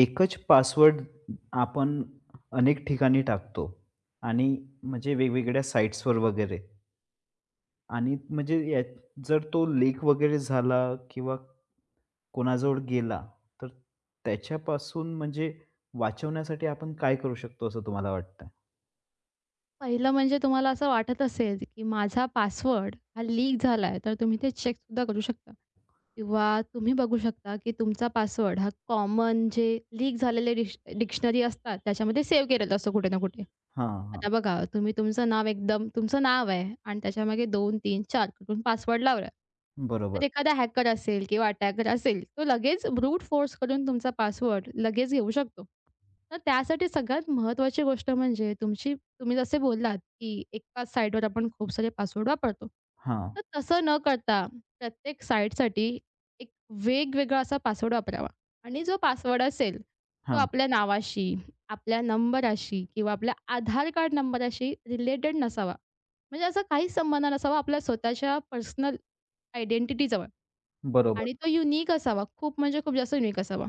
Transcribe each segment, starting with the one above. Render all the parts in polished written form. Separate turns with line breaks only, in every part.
एकच पासवर्ड आपण अनेक ठिकाणी टाकतो आणि म्हणजे वेगवेगळ्या साइट्सवर वगैरे आणि म्हणजे या जर तो लीक वगैरे झाला किंवा कोणाजवळ गेला, तर त्याच्यापासून म्हणजे वाचवण्यासाठी आपण काय करू शकतो असं तुम्हाला वाटतं?
पहिलं म्हणजे तुम्हाला असं वाटत असेल, की माझा पासवर्ड हा लीक झाला आहे, तर तुम्ही ते चेकसुद्धा करू शकता. किंवा तुम्ही बघू शकता, की तुमचा पासवर्ड हा कॉमन जे लीक झालेले डिक्शनरी असतात, त्याच्यामध्ये सेव्ह केलेला असतो कुठे ना कुठे.
हां, हां.
आता बघा, तुम्ही तुमचं नाव एकदम तुमचं नाव आहे आणि त्याच्यामागे 2, 3, 4 कुठून पासवर्ड लावला. तर
बरोबर.
एखादा हॅकर असेल किंवा अटॅकर असेल, तो लगेच ब्रूट फोर्स करून तुमचा पासवर्ड लगेच घेऊ शकतो. तर त्यासाठी सगळ्यात महत्त्वाची गोष्ट म्हणजे तुमची तुम्ही जसे बोललात, की एकाच साइटवर आपण खूप सारे पासवर्ड वापरतो.
हां,
तर तसं न करता प्रत्येक साइटसाठी एक वेगवेगळा असा पासवर्ड वापरावा आणि जो पासवर्ड असेल, तो
हां.
आपल्या नावाशी, आपल्या नंबराशी किंवा आपल्या आधार कार्ड नंबराशी रिलेटेड नसावा. म्हणजे असा काहीच संबंध नसावा आपल्या स्वतःच्या पर्सनल आयडेंटिटीजवळ
बरोबर.
आणि तो युनिक असावा. खूप म्हणजे खूप जास्त युनिक असावा.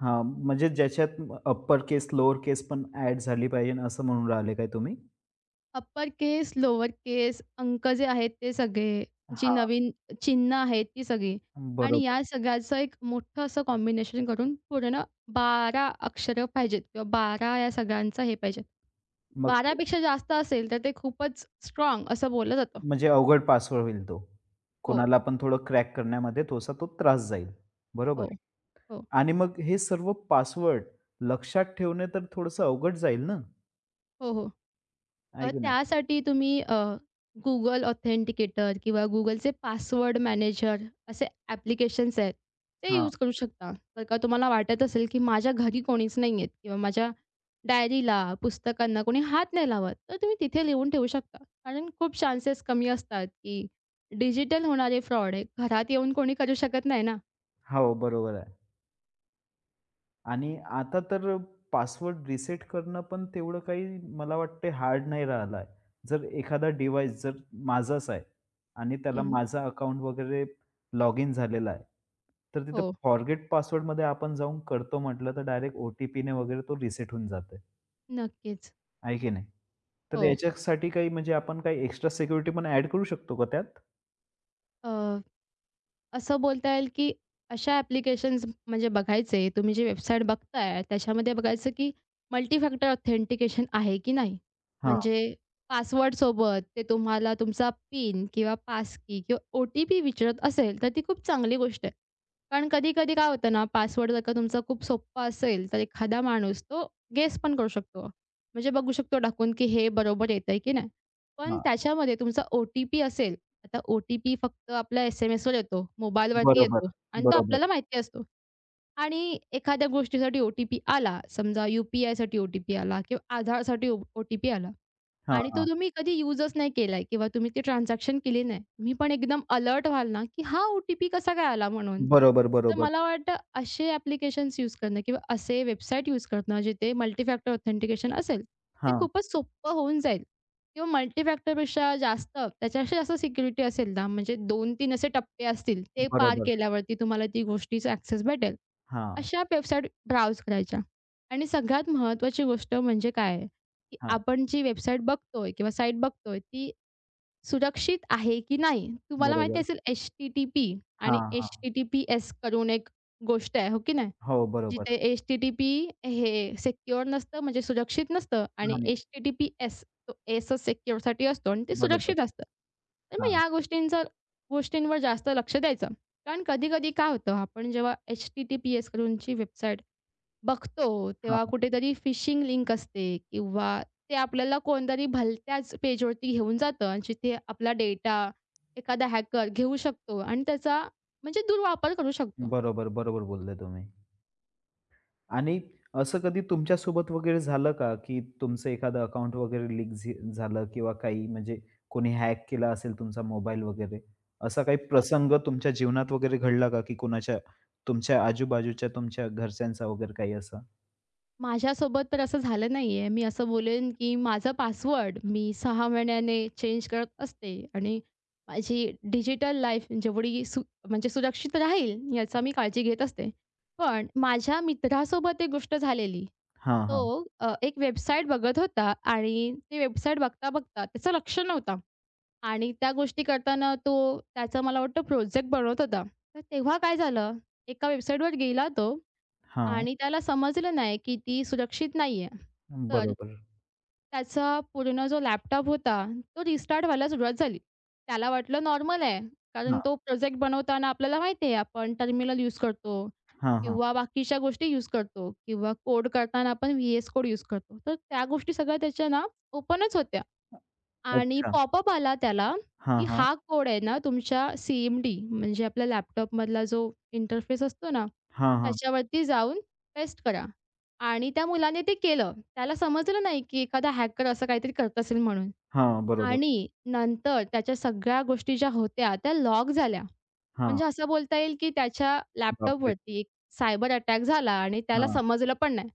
हां, म्हणजे ज्याच्यात अप्पर केस, लोअर केस पण ॲड झाली पाहिजे असं म्हणून राहिले काय तुम्ही?
अप्पर केस, लोअर केस, अंक जे आहेत ते सगळे, जी
हां,
नवीन चिन्ह आहेत ती सगळी आणि
बरोबर.
या सगळ्याचं एक मोठं असं कॉम्बिनेशन करून पूर्ण 12 अक्षरं पाहिजेत किंवा 12 या सगळ्यांचं हे पाहिजे.
मग
12पेक्षा जास्त असेल, तर ते खूपच स्ट्राँग असं बोललं जातं.
म्हणजे अवघड पासवर्ड होईल तो.
हो,
कोणाला पण थोडं क्रॅक करण्यामध्ये थोडासा तो त्रास जाईल. बरोबर.
हो, हो,
आणि मग हे सर्व पासवर्ड लक्षात ठेवणे तर थोडंसं अवघड जाईल ना,
हो, हो. अ,
आहे की नाही?
त्यासाठी तुम्ही अ, Google ऑथेंटिकेटर किंवा Googleचे पासवर्ड मॅनेजर असे ॲप्लिकेशन्स आहेत. ते
हां.
यूज करू शकता. जर का तुम्हाला वाटत असेल, की माझ्या घरी कोणीच नाही आहेत किंवा माझ्या डायरीला, पुस्तकांना कोणी हात नाही लावत, तर तुम्ही तिथे लिहून ठेवू शकता. कारण खूप चान्सेस कमी असतात, की डिजिटल होणारे फ्रॉड हे घरात येऊन कोणी करू शकत नाही ना.
हो, बरोबर आहे. आणि आता तर पासवर्ड रिसेट करणं पण तेवढं काही मला वाटते हार्ड नाही राहिलं आहे. जर एखादा डिव्हाइस जर माझाच आहे आणि त्याला
हं.
माझा अकाउंट वगैरे लॉग इन झालेला आहे. तर तिथं
हो,
फॉरगेट पासवर्डमध्ये आपण जाऊन करतो म्हटलं तर डायरेक्ट ओ-टी-पीने वगैरे तो रिसेट होऊन जातो.
नक्कीच.
आहे की नाही? तर
हो.
याच्यासाठी काही म्हणजे आपण काही एक्स्ट्रा सिक्युरिटी पण ॲड करू शकतो का त्यात?
अ, असं बोलता येईल की अशा ॲप्लिकेशन्स म्हणजे बघायचे, तुम्ही जी वेबसाईट बघताय त्याच्यामध्ये बघायचं की मल्टी फॅक्टर ऑथेंटिकेशन आहे की नाही?
हां,
म्हणजे पासवर्डसोबत ते तुम्हाला तुमचा पिन किंवा पासकी किंवा ओ-टी-पी विचारत असेल, तर ती खूप चांगली गोष्ट आहे. कारण कधी-कधी काय होतं ना, पासवर्ड जर का तुमचा खूप सोप्पा असेल, तर एखादा माणूस तो गेस पण करू शकतो. म्हणजे बघू शकतो टाकून, की हे बरोबर येतंय की नाही. पण
हां.
त्याच्यामध्ये तुमचा ओ-टी-पी असेल. आता ओ-टी-पी फक्त आपल्या एस-एम-एसवर येतो, मोबाईलवरती
बरोबर,
येतो आणि तो
बरोबर.
आपल्याला माहिती असतो. आणि एखाद्या गोष्टीसाठी ओ-टी-पी आला, समजा यू-पी-आयसाठी ओ-टी-पी आला किंवा आधारसाठी ओ-टी-पी आला
हां,
आणि तो
हां.
तुम्ही कधी यूजच नाही केलाय किंवा तुम्ही ती ट्रान्झॅक्शन केली नाही. तुम्ही पण एकदम अलर्ट व्हाल ना, की हा ओ-टी-पी कसा काय आला म्हणून.
बरोबर,
तर
बरोबर.
मला वाटतं असे ॲप्लिकेशन्स यूज करणं किंवा असे वेबसाईट यूज करणं जिथे मल्टीफॅक्टर ऑथेंटिकेशन असेल, ते
हां,
खूपच सोपं होऊन जाईल किंवा मल्टीफॅक्टरपेक्षा जास्त त्याच्यापेक्षा जास्त सिक्युरिटी असेल ना, म्हणजे 2-3 असे टप्पे असतील, ते पार
बरोबर.
केल्यावरती तुम्हाला ती गोष्टीचा ॲक्सेस भेटेल.
हां,
अशा वेबसाईट ब्राउज करायच्या. आणि सगळ्यात महत्त्वाची गोष्ट म्हणजे काय आहे, की
हां.
आपण जी वेबसाईट बघतोय किंवा साईट बघतोय ती सुरक्षित आहे की नाही? तुम्हाला माहिती
बरोबर.
असेल एच-टी-टी-पी आणि
हां, हां.
एच-टी-टी-पी-एस करून एक गोष्ट आहे, हो की नाही?
हो,
जिथे
बरोबर.
एच-टी-टी-पी हे सिक्युअर नसतं म्हणजे सुरक्षित नसतं आणि
आणि
एच-टी-टी-पी-एस तो एसच सिक्युअरसाठी असतो आणि ते
बरोबर.
सुरक्षित असतं. तर मग
हां,
या गोष्टींवर जास्त लक्ष द्यायचं. कारण कधी-कधी काय होतं, आपण जेव्हा एच-टी-टी-पी-एस करूनची वेबसाईट बघतो,
हां.
तेव्हा कुठेतरी फिशिंग लिंक असते किंवा ते आपल्याला कोणतरी भलत्याच पेजवरती घेऊन जातं आणि जिथे आपला डेटा एखादा हॅकर घेऊ शकतो आणि त्याचा म्हणजे दुर्वापर करू शकतो.
बरोबर, बरोबर बोलले तुम्ही. आणि असं कधी तुमच्यासोबत वगैरे झालं का, की तुमचं एखादं अकाउंट वगैरे लीक झालं किंवा काही म्हणजे कोणी हॅक केला असेल तुमचा मोबाईल वगैरे? असा काही
अ,
प्रसंग तुमच्या जीवनात वगैरे घडला का, की कोणाच्या तुमच्या आजूबाजूच्या तुमच्या घरच्यांचा वगैरे काही असा?
माझ्यासोबत तर असं झालं नाहीये. मी असं बोलेन, की माझा पासवर्ड मी 6 महिन्याने चेंज करत असते आणि माझी डिजिटल लाईफ जेवढी सु म्हणजे सुरक्षित राहील याचा मी काळजी घेत असते. पण माझ्या मित्रासोबत एक गोष्ट झालेली.
हां, हां.
तो एक वेबसाईट बघत होता आणि ती वेबसाईट बघता-बघता त्याचं लक्ष नव्हतं आणि त्या गोष्टी करताना तो त्याचा मला वाटतं प्रोजेक्ट बनवत होता. तर तेव्हा काय झालं, एका वेबसाईटवर गेला तो
हां.
आणि त्याला समजलं नाही की ती सुरक्षित नाहीये. तर
बरोबर.
त्याचा पूर्ण जो लॅपटॉप होता, तो रिस्टार्ट व्हायला सुरुवात झाली. त्याला वाटलं नॉर्मल आहे.
हां,
कारण तो प्रोजेक्ट बनवताना आपल्याला माहिती आहे आपण टर्मिनल यूज करतो
हां, हां.
किंवा बाकीच्या गोष्टी यूज करतो किंवा कोड करताना आपण व्ही-एस कोड यूज करतो. तर त्या गोष्टी सगळ्या त्याच्या ना ओपनच होत्या. आणि
अच्छा.
पॉपअप आला त्याला, की
हां, हां.
हा कोड आहे ना तुमच्या सी-एम-डी म्हणजे आपल्या लॅपटॉपमधला जो इंटरफेस असतो ना,
हां, हां.
त्याच्यावरती जाऊन पेस्ट करा आणि त्या मुलाने ते केलं. त्याला समजलं नाही, की एखादा हॅकर असं काहीतरी करत असेल म्हणून.
हां, बरोबर.
आणि नंतर त्याच्या सगळ्या गोष्टी ज्या होत्या त्या लॉग झाल्या.
हां.
म्हणजे असं बोलता येईल, की त्याच्या
बापरे!
लॅपटॉपवरती एक सायबर अटॅक झाला आणि त्याला
हां.
समजलं पण नाही.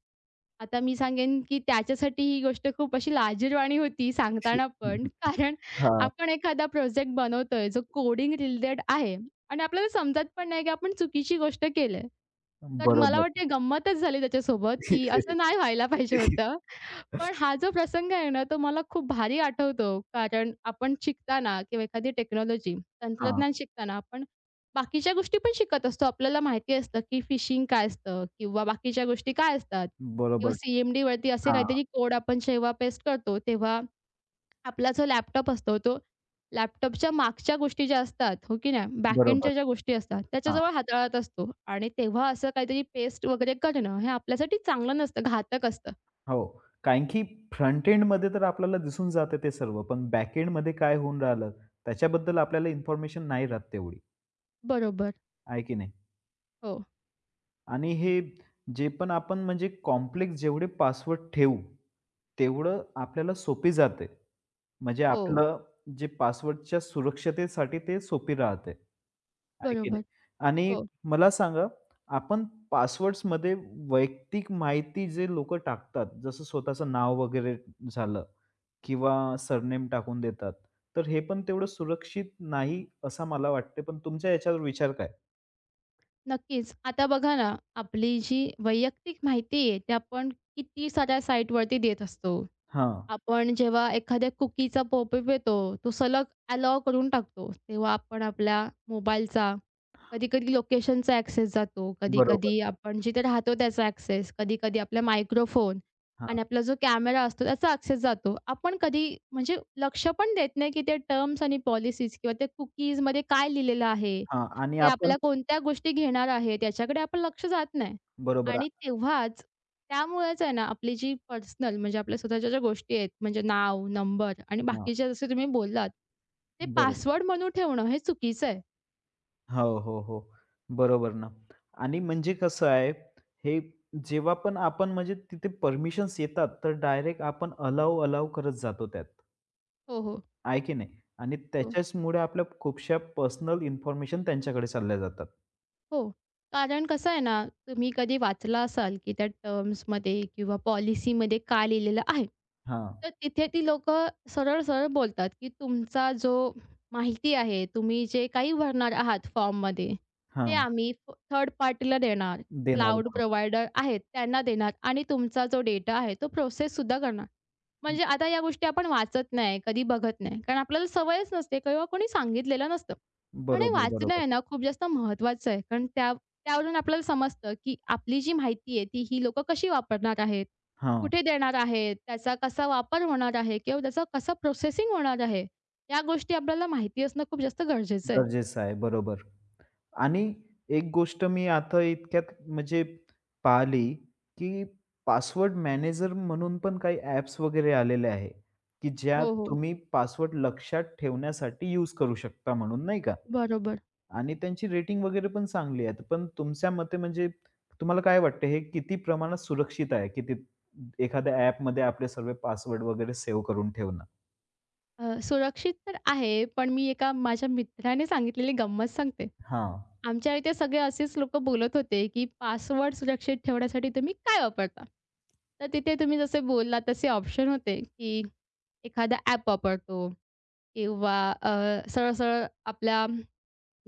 आता मी सांगेन, की त्याच्यासाठी ही गोष्ट खूप अशी लाजिरवाणी होती सांगताना पण. कारण
हां,
आपण एखादा प्रोजेक्ट बनवतोय जो कोडिंग रिलेटेड आहे आणि आपल्याला समजत पण नाही, की आपण चुकीची गोष्ट केली तर मला
बरोबर.
वाटते गंमतच झाली त्याच्यासोबत, की असं नाही व्हायला पाहिजे होतं. पण हा जो प्रसंग आहे ना, तो मला खूप भारी आठवतो. कारण आपण शिकताना किंवा एखादी टेक्नॉलॉजी,
हां,
तंत्रज्ञान शिकताना आपण बाकीच्या गोष्टी पण शिकत असतो. आपल्याला माहिती असतं, की फिशिंग काय असतं किंवा बाकीच्या गोष्टी काय असतात किंवा
बरोबर.
सी-एम-डीवरती असे
हां,
काहीतरी कोड आपण जेव्हा पेस्ट करतो, तेव्हा आपला जो लॅपटॉप असतो, तो लॅपटॉपच्या मागच्या गोष्टी ज्या असतात, हो की नाही,
बरोबर.
बॅकएंडच्या ज्या गोष्टी असतात,
हां,
त्याच्याजवळ हाताळत असतो आणि तेव्हा असं काहीतरी पेस्ट वगैरे करणं हे आपल्यासाठी चांगलं नसतं, घातक असतं.
हो. कारण की फ्रंट एंडमध्ये तर आपल्याला दिसून जातं ते सर्व, पण बॅक एंडमध्ये काय होऊन राहिलं त्याच्याबद्दल आपल्याला इन्फॉर्मेशन नाही राहत तेवढी,
बरोबर.
आहे की नाही?
हो.
आणि हे जे पण आपण म्हणजे कॉम्प्लेक्स जेवढे पासवर्ड ठेवू, तेवढं आपल्याला सोपी जाते. म्हणजे
हो,
आपलं जे पासवर्डच्या सुरक्षतेसाठी ते सोपी राहते. आहे की नाही?
बरोबर.
आणि
हो,
मला सांगा, आपण पासवर्ड्समध्ये वैयक्तिक माहिती जे लोकं टाकतात, जसं स्वतःचं नाव वगैरे झालं किंवा सरनेम टाकून देतात, तर हे पण तेवढं सुरक्षित नाही असं मला वाटते. पण तुमच्या याच्यावर विचार काय?
नक्कीच. आता बघा ना, आपली जी वैयक्तिक माहिती आहे, ते आपण किती साऱ्या साईटवरती देत असतो.
हां,
आपण जेव्हा एखाद्या कुकीचा पॉपअप येतो, तो सलग अलाउ करून टाकतो. तेव्हा आपण आपल्या मोबाईलचा, कधी-कधी लोकेशनचा ॲक्सेस जातो,
बरोबर.
कधी-कधी आपण जिथे राहतो त्याचा ॲक्सेस, कधी-कधी आपला मायक्रोफोन
हां.
आणि आपला जो कॅमेरा असतो त्याचा ॲक्सेस जातो. आपण कधी म्हणजे लक्ष पण देत नाही, की ते टर्म्स आणि पॉलिसीज किंवा त्या कुकीजमध्ये काय लिहिलेलं आहे,
हां आणि
ते
आपण
आपल्या कोणत्या गोष्टी घेणार आहे, त्याच्याकडे आपण लक्ष जात नाही.
बरोबर
आणि
आहे.
तेव्हाच त्यामुळेच आहे ना, आपली जी पर्सनल म्हणजे आपल्या स्वतःच्या ज्या गोष्टी आहेत, म्हणजे नाव, नंबर आणि
हां,
बाकीच्या जसं तुम्ही बोललात, ते
बरोबर.
पासवर्ड म्हणून ठेवणं हे चुकीचं आहे.
हो, हो, हो. बरोबर ना आणि म्हणजे कसं आहे, हे जेव्हा पण आपण म्हणजे तिथे परमिशन्स येतात, तर डायरेक्ट आपण अलाव, अलाव करत जातो त्यात.
हो, हो.
आहे की नाही? आणि त्याच्याचमुळे आपल्या खूपशा पर्सनल इन्फॉर्मेशन त्यांच्याकडे चालल्या जातात.
हो. कारण कसं आहे ना, तुम्ही कधी वाचला असाल, की त्या टर्म्समध्ये किंवा पॉलिसीमध्ये काय लिहिलेलं आहे.
हां,
तर तिथे ती लोकं सरळ-सरळ बोलतात, की तुमचा जो माहिती आहे, तुम्ही जे काही भरणार आहात फॉर्ममध्ये, ते
हां.
आम्ही थर्ड पार्टीला देणार.
देणार
क्लाउड
म्हणून.
प्रोव्हायडर आहेत त्यांना देणार आणि तुमचा जो डेटा आहे तो प्रोसेससुद्धा करणार. म्हणजे आता या गोष्टी आपण वाचत नाही, कधी बघत नाही. कारण आपल्याला सवयच नसते किंवा कोणी सांगितलेलं नसतं. पण हे
बरोबर,
वाचणं
बरोबर.
आहे ना खूप जास्त महत्त्वाचं आहे. कारण त्या त्यावरून आपल्याला समजतं, की आपली जी माहिती आहे ती ही लोकं कशी वापरणार आहेत,
हां,
कुठे देणार आहेत, त्याचा कसा वापर होणार आहे किंवा त्याचं कसं प्रोसेसिंग होणार आहे. या गोष्टी आपल्याला माहिती असणं खूप जास्त गरजेचं आहे.
गरजेचं आहे. बरोबर. आणि एक गोष्ट मी आता इतक्यात म्हणजे पाहिली, की पासवर्ड मॅनेजर म्हणून पण काही ॲप्स वगैरे आलेले आहे, की ज्यात
हो,
हं.
हो.
तुम्ही पासवर्ड लक्षात ठेवण्यासाठी यूज करू शकता म्हणून नाही का?
बरोबर.
आणि त्यांची रेटिंग वगैरे पण चांगली आहेत. पण तुमच्या मते म्हणजे तुम्हाला काय वाटतं हे किती प्रमाणात सुरक्षित आहे? किती एखाद्या ॲपमध्ये आपले सर्व पासवर्ड वगैरे सेव्ह करून ठेवणं?
सुरक्षित तर आहे, पण मी एका माझ्या मित्राने सांगितलेली गंमत सांगते.
हां,
आमच्या इथे सगळे असेच लोकं बोलत होते, की पासवर्ड सुरक्षित ठेवण्यासाठी तुम्ही काय वापरता? तर तिथे तुम्ही जसे बोललात तसे ऑप्शन होते, की एखादा ॲप वापरतो किंवा अ, सरळ-सरळ आपल्या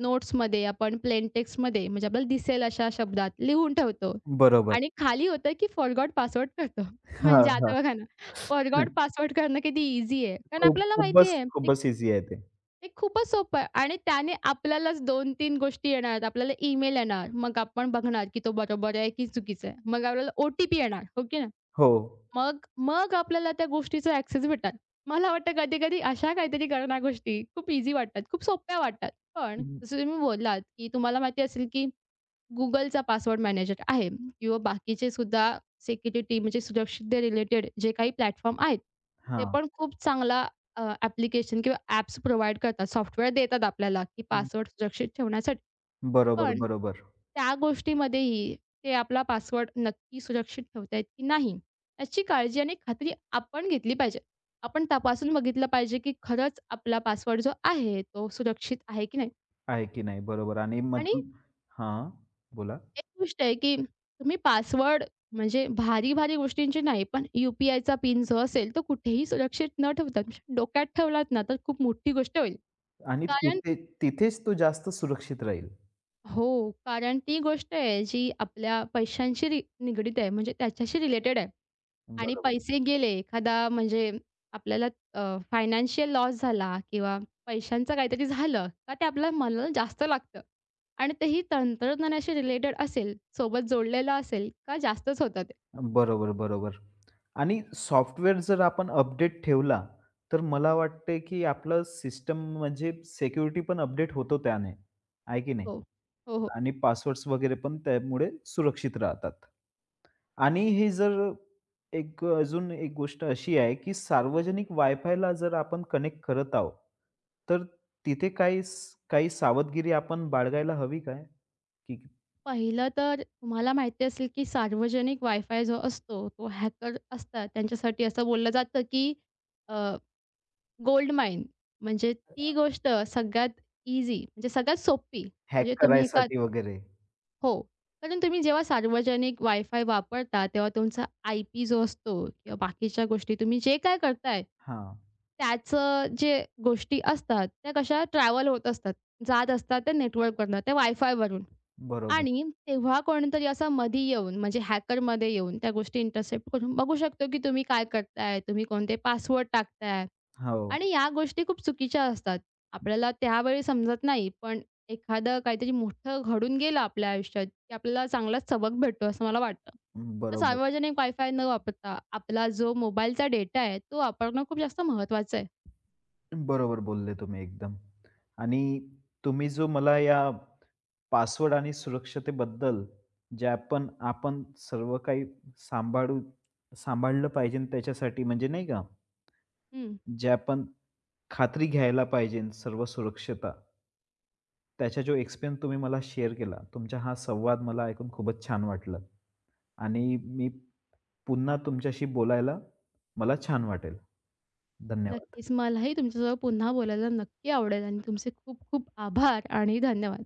नोट्समध्ये आपण प्लेन टेक्स्टमध्ये म्हणजे आपल्याला दिसेल अशा शब्दात लिहून ठेवतो
बरोबर.
आणि खाली होतं, की फॉरगॉट पासवर्ड करतो.
हां,
म्हणजे
हां.
आता बघा ना, फॉरगॉट पासवर्ड करणं किती ईझी आहे. कारण
खूप
आपल्याला माहिती
खूपच
आहे
खूपच ईझी आहे ते.
ते खूपच सोपं आहे आणि त्याने आपल्यालाच 2-3 गोष्टी येणार आहेत. आपल्याला ईमेल येणार, मग आपण बघणार की तो बरोबर आहे की चुकीचं आहे. मग आपल्याला ओ-टी-पी येणार, हो की नाही?
हो.
मग मग आपल्याला त्या गोष्टीचा ॲक्सेस भेटणार. मला वाटतं कधी-कधी अशा काहीतरी करण्या गोष्टी खूप ईझी वाटतात, खूप सोप्या वाटतात. पण
हं,
जसं तुम्ही बोललात की तुम्हाला माहिती असेल की Googleचा पासवर्ड मॅनेजर आहे किंवा बाकीचे सुद्धा सिक्युरिटी म्हणजे सुरक्षितते रिलेटेड जे काही प्लॅटफॉर्म आहेत, ते
हां.
पण खूप चांगला ॲप्लिकेशन किंवा ॲप्स प्रोव्हाईड करतात. सॉफ्टवेअर देतात आपल्याला, की
हं.
पासवर्ड सुरक्षित ठेवण्यासाठी.
बरोबर,
पण
बरोबर.
त्या गोष्टीमध्येही ते आपला पासवर्ड नक्की सुरक्षित ठेवतायत की नाही, याची काळजी आणि खात्री आपण घेतली पाहिजे. आपण तपासून बघितलं पाहिजे, की खरंच आपला पासवर्ड जो आहे, तो सुरक्षित आहे की नाही.
आहे की नाही बरोबर आणि
आणि
मधून हां, बोला
एक गोष्ट आहे, की तुम्ही पासवर्ड म्हणजे भारी-भारी गोष्टींची नाही, पण यू-पी-आयचा पिन जो असेल, तो कुठेही सुरक्षित न ठेवता तुम्ही डोक्यात ठेवलात ना, तर खूप मोठी गोष्ट होईल.
आणि
कारण
तिथे तिथेच तो जास्त सुरक्षित राहील.
हो, कारण ती गोष्ट आहे जी आपल्या पैशांशी निगडीत आहे, म्हणजे त्याच्याशी रिलेटेड आहे आणि
बरोबर,
पैसे गेले, एखादा म्हणजे आपल्याला फायनान्शियल लॉस झाला किंवा पैशांचं काहीतरी झालं का ते आपल्याला मला जास्त लागतं आणि तेही तंत्रज्ञानाशी रिलेटेड असेल, सोबत जोडलेलं असेल का जास्तच होतात.
बरोबर, बरोबर आणि सॉफ्टवेअर जर आपण अपडेट ठेवला, तर मला वाटते की आपलं सिस्टम म्हणजे सिक्युरिटी पण अपडेट होतो त्याने. आहे की नाही?
हो. हो, हो.
आणि पासवर्ड्स वगैरे पण त्यामुळे सुरक्षित राहतात. आणि हे जर एक अजून एक गोष्ट अशी आहे, की सार्वजनिक वायफायला जर आपण कनेक्ट करत आहोत, तर तिथे काही काही सावधगिरी आपण बाळगायला हवी काय? की
पहिलं तर तुम्हाला माहिती असेल, की सार्वजनिक वायफाय जो असतो, तो हॅकर असतात त्यांच्यासाठी असं बोललं जातं, की गोल्ड माईन म्हणजे ती गोष्ट सगळ्यात ईझी म्हणजे सगळ्यात सोपी
हॅक
म्हणजे तुम्ही एका
करायसाठी वगैरे?
हो. कारण तुम्ही जेव्हा सार्वजनिक वायफाय वापरता, तेव्हा तुमचा आय-पी जो असतो किंवा बाकीच्या गोष्टी तुम्ही जे काय करताय
हां,
त्याचं जे गोष्टी असतात, त्या कशा ट्रॅव्हल होत असतात. जात असतात त्या नेटवर्कवरनं, त्या वायफायवरून
बरोबर.
आणि तेव्हा कोणीतरी असा मधी येऊन म्हणजे हॅकरमध्ये येऊन त्या गोष्टी इंटरसेप्ट करून बघू शकतो, की तुम्ही काय करताय, तुम्ही कोणते पासवर्ड टाकताय
हो,
आणि या गोष्टी खूप चुकीच्या असतात. आपल्याला त्यावेळी समजत नाही, पण एखादं काहीतरी मोठं घडून गेलं आपल्या आयुष्यात, की आपल्याला चांगलाच सबक भेटतो असं मला वाटतं. तर
बरोबर.
सार्वजनिक वायफाय न वापरता आपला जो मोबाईलचा डेटा आहे, तो वापरणं खूप जास्त महत्त्वाचं आहे.
बरोबर बोलले तुम्ही एकदम. आणि तुम्ही जो मला या पासवर्ड आणि सुरक्षतेबद्दल जे आपण आपण सर्व काही सांभाळू सांभाळलं पाहिजे त्याच्यासाठी म्हणजे नाही का,
हं.
जे आपण खात्री घ्यायला पाहिजे सर्व सुरक्षता. त्याचा जो एक्सपिरियन्स तुम्ही मला शेअर केला, तुमचा हा संवाद मला ऐकून खूपच छान वाटलं आणि मी पुन्हा तुमच्याशी बोलायला मला छान वाटेल. धन्यवाद.
नक्कीच. मलाही तुमच्यासोबत पुन्हा बोलायला नक्की आवडेल आणि तुमचे खूप खूप आभार आणि धन्यवाद.